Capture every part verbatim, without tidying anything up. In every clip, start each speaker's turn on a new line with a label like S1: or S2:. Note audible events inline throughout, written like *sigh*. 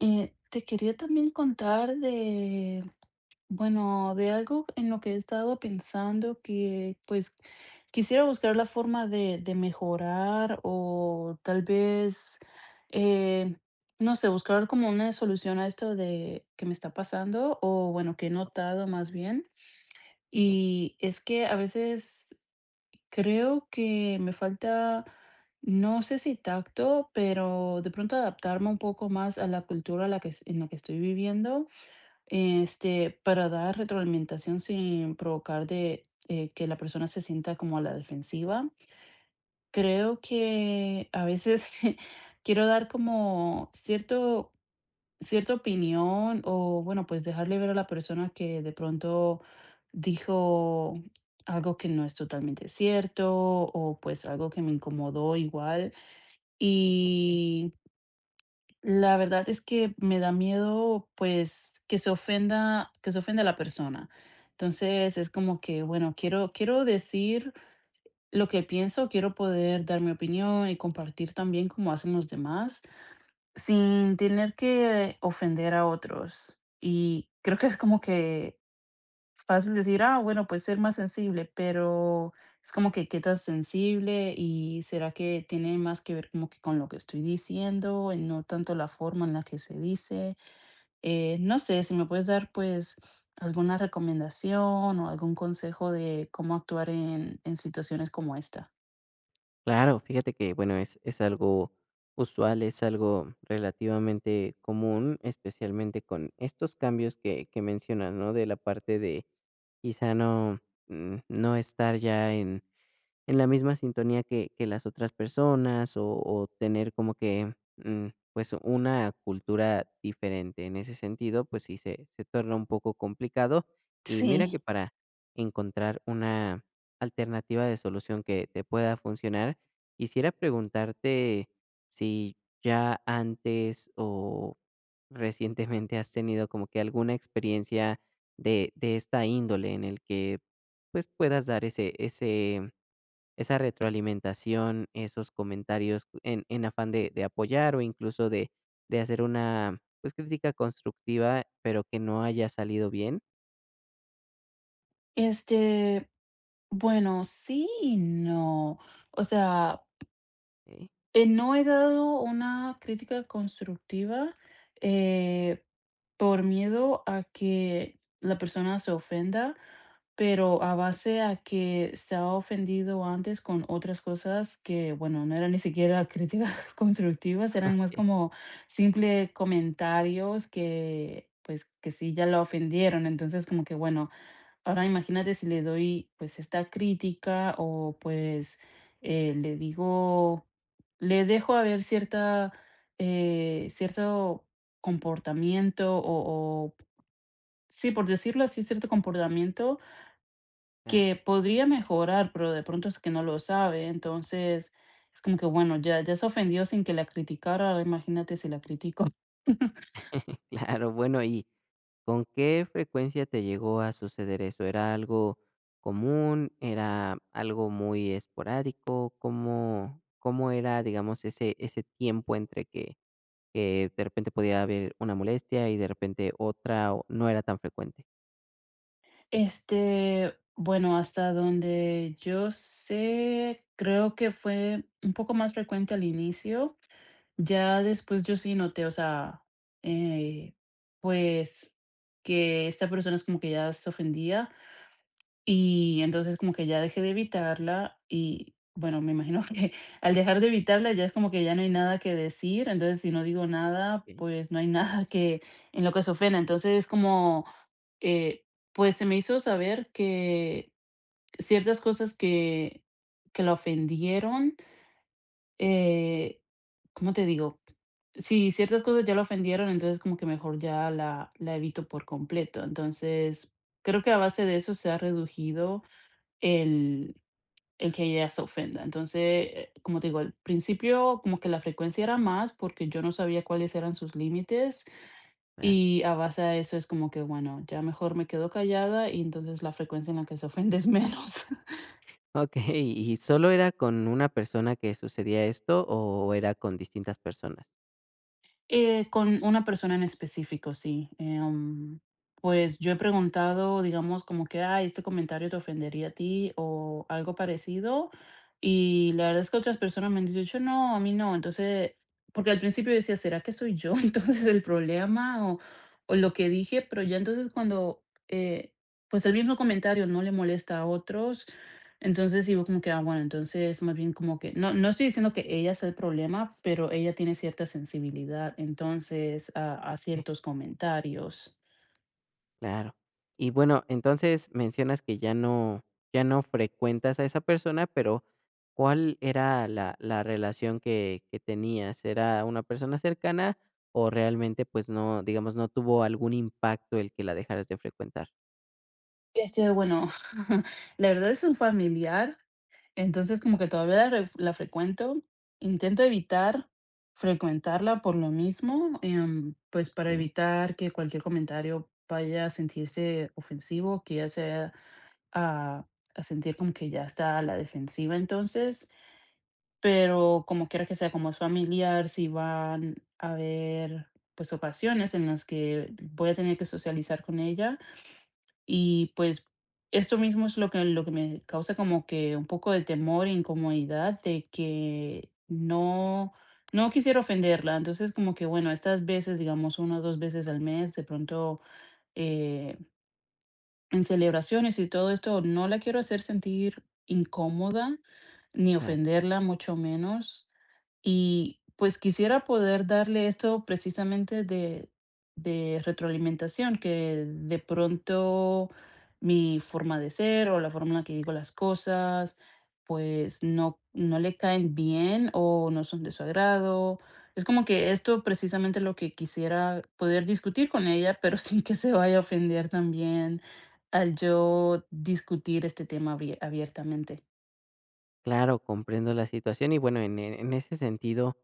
S1: Eh, te quería también contar de, bueno, de algo en lo que he estado pensando que pues quisiera buscar la forma de, de mejorar o tal vez, eh, no sé, buscar como una solución a esto de que me está pasando o bueno, que he notado más bien. Y es que a veces creo que me falta, no sé si tacto, pero de pronto adaptarme un poco más a la cultura a la que, es- en la que estoy viviendo, este, para dar retroalimentación sin provocar de eh, que la persona se sienta como a la defensiva. Creo que a veces *laughs* quiero dar como cierto cierta opinión o bueno, pues dejarle ver a la persona que de pronto dijo algo que no es totalmente cierto o pues algo que me incomodó igual. Y la verdad es que me da miedo pues que se ofenda, que se ofenda a la persona. Entonces es como que, bueno, quiero, quiero decir lo que pienso, quiero poder dar mi opinión y compartir también como hacen los demás sin tener que ofender a otros. Y creo que es como que fácil decir: "Ah, bueno, pues ser más sensible", pero es como que qué tan sensible y será que tiene más que ver como que con lo que estoy diciendo, y no tanto la forma en la que se dice. Eh, no sé, si me puedes dar, pues, alguna recomendación o algún consejo de cómo actuar en, en situaciones como esta.
S2: Claro, fíjate que, bueno, es, es algo usual, es algo relativamente común, especialmente con estos cambios que, que mencionas, ¿no? De la parte de quizá no, mm, no estar ya en, en la misma sintonía que que las otras personas, o o tener como que, mm, pues, una cultura diferente. En ese sentido, pues sí se se torna un poco complicado. Y mira que
S1: Sí,
S2: para encontrar una alternativa de solución que te pueda funcionar, quisiera preguntarte si ya antes o recientemente has tenido como que alguna experiencia de de esta índole en el que, pues, puedas dar ese ese esa retroalimentación, esos comentarios en, en afán de, de apoyar o incluso de, de hacer una pues crítica constructiva, pero que no haya salido bien.
S1: este, bueno, sí y no. O sea,
S2: ¿Eh?
S1: Eh, no he dado una crítica constructiva, eh, por miedo a que la persona se ofenda, pero a base a que se ha ofendido antes con otras cosas que, bueno, no eran ni siquiera críticas *laughs* constructivas, eran más
S2: Ok,
S1: como simples comentarios que, pues, que sí ya la ofendieron. Entonces, como que, bueno, ahora imagínate si le doy pues esta crítica o pues eh, le digo, le dejo a ver cierta, eh, cierto comportamiento o, o- sí, por decirlo así, cierto comportamiento
S2: ah,
S1: que podría mejorar, pero de pronto es que no lo sabe. Entonces es como que bueno, ya, ya se ofendió sin que la criticara. Ahora imagínate si la critico.
S2: *laughs* claro, bueno, ¿y con qué frecuencia te llegó a suceder eso? ¿Era algo común? ¿Era algo muy esporádico? ¿Cómo, cómo era, digamos, ese, ese tiempo entre que, que de repente podía haber una molestia y de repente otra o no era tan frecuente?
S1: Este, bueno, hasta donde yo sé, creo que fue un poco más frecuente al inicio. Ya después yo sí noté, o sea, eh, pues que esta persona es como que ya se ofendía. Y entonces como que ya dejé de evitarla y, bueno, me imagino que *laughs* al dejar de evitarla ya es como que ya no hay nada que decir, entonces si no digo nada,
S2: Ok,
S1: pues no hay *laughs* nada que en lo que se ofenda. Entonces es como, eh, pues se me hizo saber que ciertas cosas que, que la ofendieron, eh, ¿cómo te digo? Si ciertas cosas ya la ofendieron, entonces como que mejor ya la, la evito por completo. Entonces creo que a base de eso se ha reducido el el que ella se ofenda. Entonces, eh, como te digo, al principio como que la frecuencia era más porque yo no sabía cuáles eran sus límites
S2: claro.
S1: y a base de eso es como que, bueno, ya mejor me quedo callada y entonces la frecuencia en la que se ofende es *laughs* menos.
S2: Okey, ¿y solo era con una persona que sucedía esto, o era con distintas personas?
S1: Eh, con una persona en específico, sí. Em, pues yo he preguntado, digamos, como que, ay, este comentario te ofendería a ti o algo parecido. Y la verdad es que otras personas me han dicho, no, a mí no. Entonces, porque al principio decía, ¿será que soy yo *laughs* entonces el problema o, o lo que dije? Pero ya entonces cuando, eh, pues el mismo comentario no le molesta a otros entonces, sí como que, ah, bueno, entonces más bien como que no no estoy diciendo que ella es el problema, pero ella tiene cierta sensibilidad, entonces, a a
S2: Okey,
S1: ciertos comentarios.
S2: claro. Y bueno, entonces mencionas que ya no ya no frecuentas a esa persona, pero ¿cuál era la la relación que que tenías? ¿Era una persona cercana, o realmente, pues, no, digamos, no tuvo algún impacto el que la dejaras de frecuentar?
S1: Este, bueno, *laughs* la verdad es un familiar, entonces como que todavía la re la frecuento. Intento evitar frecuentarla por lo mismo, em, pues, para
S2: Okey,
S1: evitar que cualquier comentario vaya a sentirse ofensivo, que ella se a a sentir como que ya está a la defensiva, entonces pero como quiera que sea, como es familiar, si van a haber, pues, ocasiones en las que voy a tener que socializar con ella y, pues, esto mismo es lo que lo que me causa como que un poco de temor e incomodidad de que no no quisiera ofenderla. Entonces, como que, bueno, estas veces, digamos, una o dos veces al mes, de pronto, eh, en celebraciones y todo esto, no la quiero hacer sentir incómoda, ni
S2: claro.
S1: ofenderla, mucho menos. Y pues quisiera poder darle esto precisamente de, de retroalimentación, que de pronto mi forma de ser o la forma en la que digo las cosas, pues no, no le caen bien o no son de su agrado. Es como que esto precisamente lo que quisiera poder discutir con ella, pero *laughs* sin que se vaya a ofender también al yo discutir este tema abri- abiertamente.
S2: Claro, comprendo la situación y bueno, en, e- en ese sentido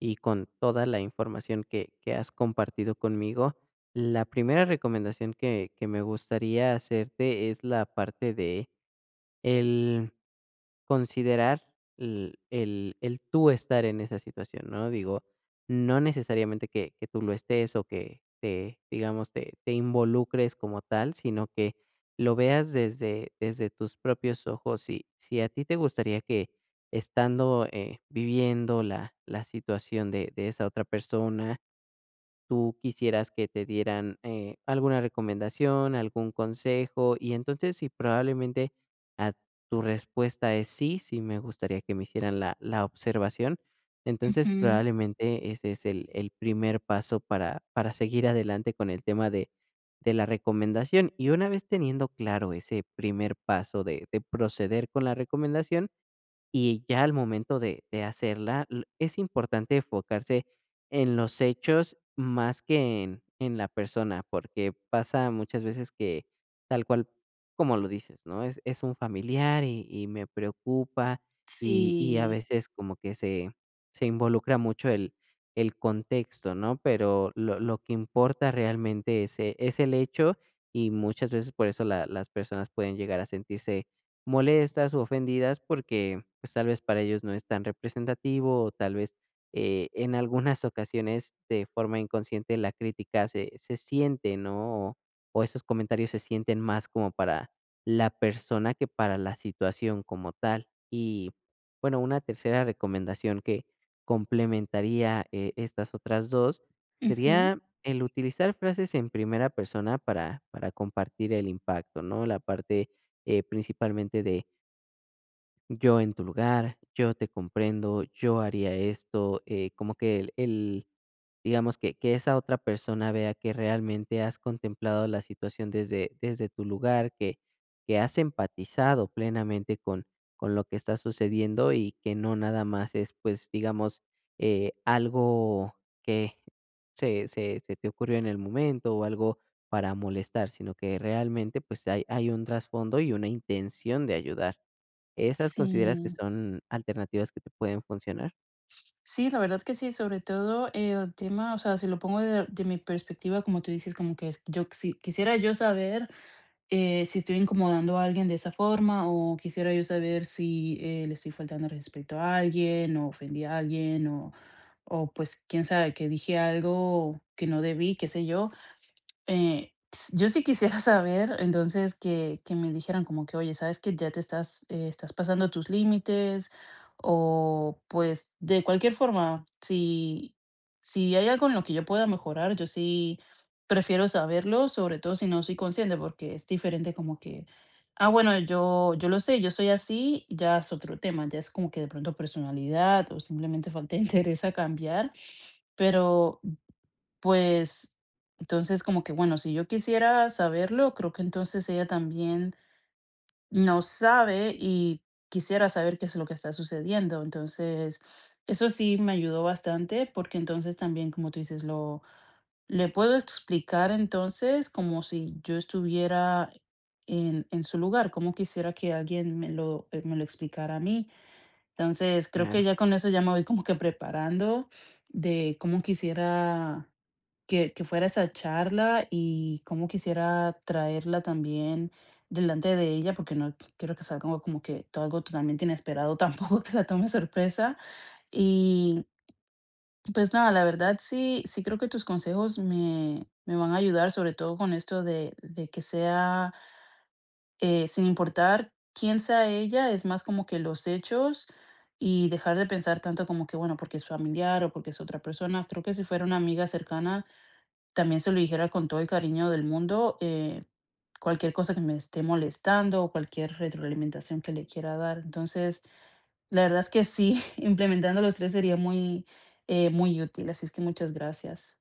S2: y con toda la información que, que has compartido conmigo, la primera recomendación que, que me gustaría hacerte es la parte de el considerar el el el tú estar en esa situación, ¿no? Digo, no necesariamente que que tú lo estés o que te, digamos, te te involucres como tal, sino que lo veas desde desde tus propios ojos. Y si a ti te gustaría que estando, eh, viviendo la la situación de de esa otra persona, tú quisieras que te dieran, eh, alguna recomendación, algún consejo, y entonces si probablemente a tu respuesta es sí, sí me gustaría que me hicieran la la observación, entonces
S1: Ujú,
S2: probablemente ese es el el primer paso para para seguir adelante con el tema de de la recomendación. Y una vez teniendo claro ese primer paso de de proceder con la recomendación, y ya al momento de de hacerla, l es importante enfocarse en los hechos más que en en la persona, porque pasa muchas veces que tal cual como lo dices, ¿no? Es es un familiar y y me preocupa, y y a
S1: sí.
S2: veces como que se se involucra mucho el el contexto, ¿no? Pero lo lo que importa realmente es e es el hecho, y muchas veces por eso la las personas pueden llegar a sentirse molestas u ofendidas porque, pues, tal vez para ellos no es tan representativo, o tal vez, eh, en algunas *laughs* ocasiones, de forma inconsciente, la crítica se se siente, ¿no? O o esos comentarios se sienten más como para la persona que para la situación como tal. Y, bueno, una tercera recomendación que complementaría, eh, estas otras dos
S1: Ujú.
S2: sería el utilizar frases en primera persona para para compartir el impacto, ¿no? La parte eh, principalmente de yo en tu lugar, yo te comprendo, yo haría esto, eh, como que el, el- digamos que, que esa otra persona vea que realmente has contemplado la situación desde, desde tu lugar, que, que has empatizado plenamente con, con lo que está sucediendo y que no nada más es, pues, digamos, eh, algo que se, se, se te ocurrió en el momento o algo para molestar, sino que realmente pues hay, hay un trasfondo y una intención de ayudar. ¿Esas consideras que
S1: Sí,
S2: son alternativas que te pueden funcionar?
S1: sí, la verdad que sí, sobre todo eh, el tema, o sea, si lo pongo de, de mi perspectiva, como tú dices, como que es- yo si, quisiera yo saber eh, si estoy incomodando a alguien de esa forma o quisiera yo saber si eh, le estoy faltando al respeto a alguien o ofendí a alguien o, o pues quién sabe que dije algo que no debí, qué sé yo. Eh, s Yo sí quisiera saber, entonces, que que me dijeran como que: "Oye, ¿sabes que ya te estás, eh, estás pasando tus límites", o, pues, de cualquier forma, si si hay algo en lo que yo pueda mejorar, yo sí prefiero saberlo, sobre todo si no soy consciente, porque es diferente como que: "Ah, bueno, yo yo lo sé, yo soy así", ya es otro tema, ya es como que de pronto personalidad o simplemente falta *laughs* de interés a cambiar, pero pues, entonces como que, bueno, si yo quisiera saberlo, creo que entonces ella también no sabe y quisiera saber qué es lo que está sucediendo. Entonces, eso sí me ayudó bastante porque entonces también, como tú dices, lo le puedo explicar entonces como si yo estuviera en, en su lugar, como quisiera que alguien me lo, eh, me lo explicara a mí. Entonces, creo que
S2: Claro,
S1: ya con eso ya me voy como que preparando de cómo quisiera que, que fuera esa charla y cómo quisiera traerla también delante de ella, porque no quiero que salga como, como que todo algo totalmente inesperado, *laughs* tampoco que la tome sorpresa. Y pues nada, la verdad sí, sí creo que tus consejos me, me van a ayudar, sobre todo con esto de, de que sea, eh, sin importar quién sea ella, es más como que los hechos. Y dejar de pensar tanto como que, bueno, porque es familiar o porque es otra persona. Creo que si fuera una amiga cercana, también se lo dijera con todo el cariño del mundo, eh, cualquier cosa que me esté molestando o cualquier retroalimentación que le quiera dar. Entonces, la verdad es que sí, *laughs* implementando los tres sería muy, eh, muy útil, así es que muchas gracias.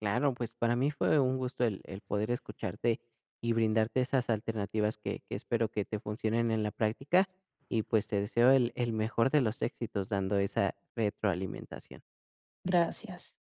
S2: claro, pues para mí fue un gusto el el poder escucharte y brindarte esas alternativas que que espero que te funcionen en la práctica y, pues, te deseo el el mejor de los éxitos dando esa retroalimentación.
S1: Gracias.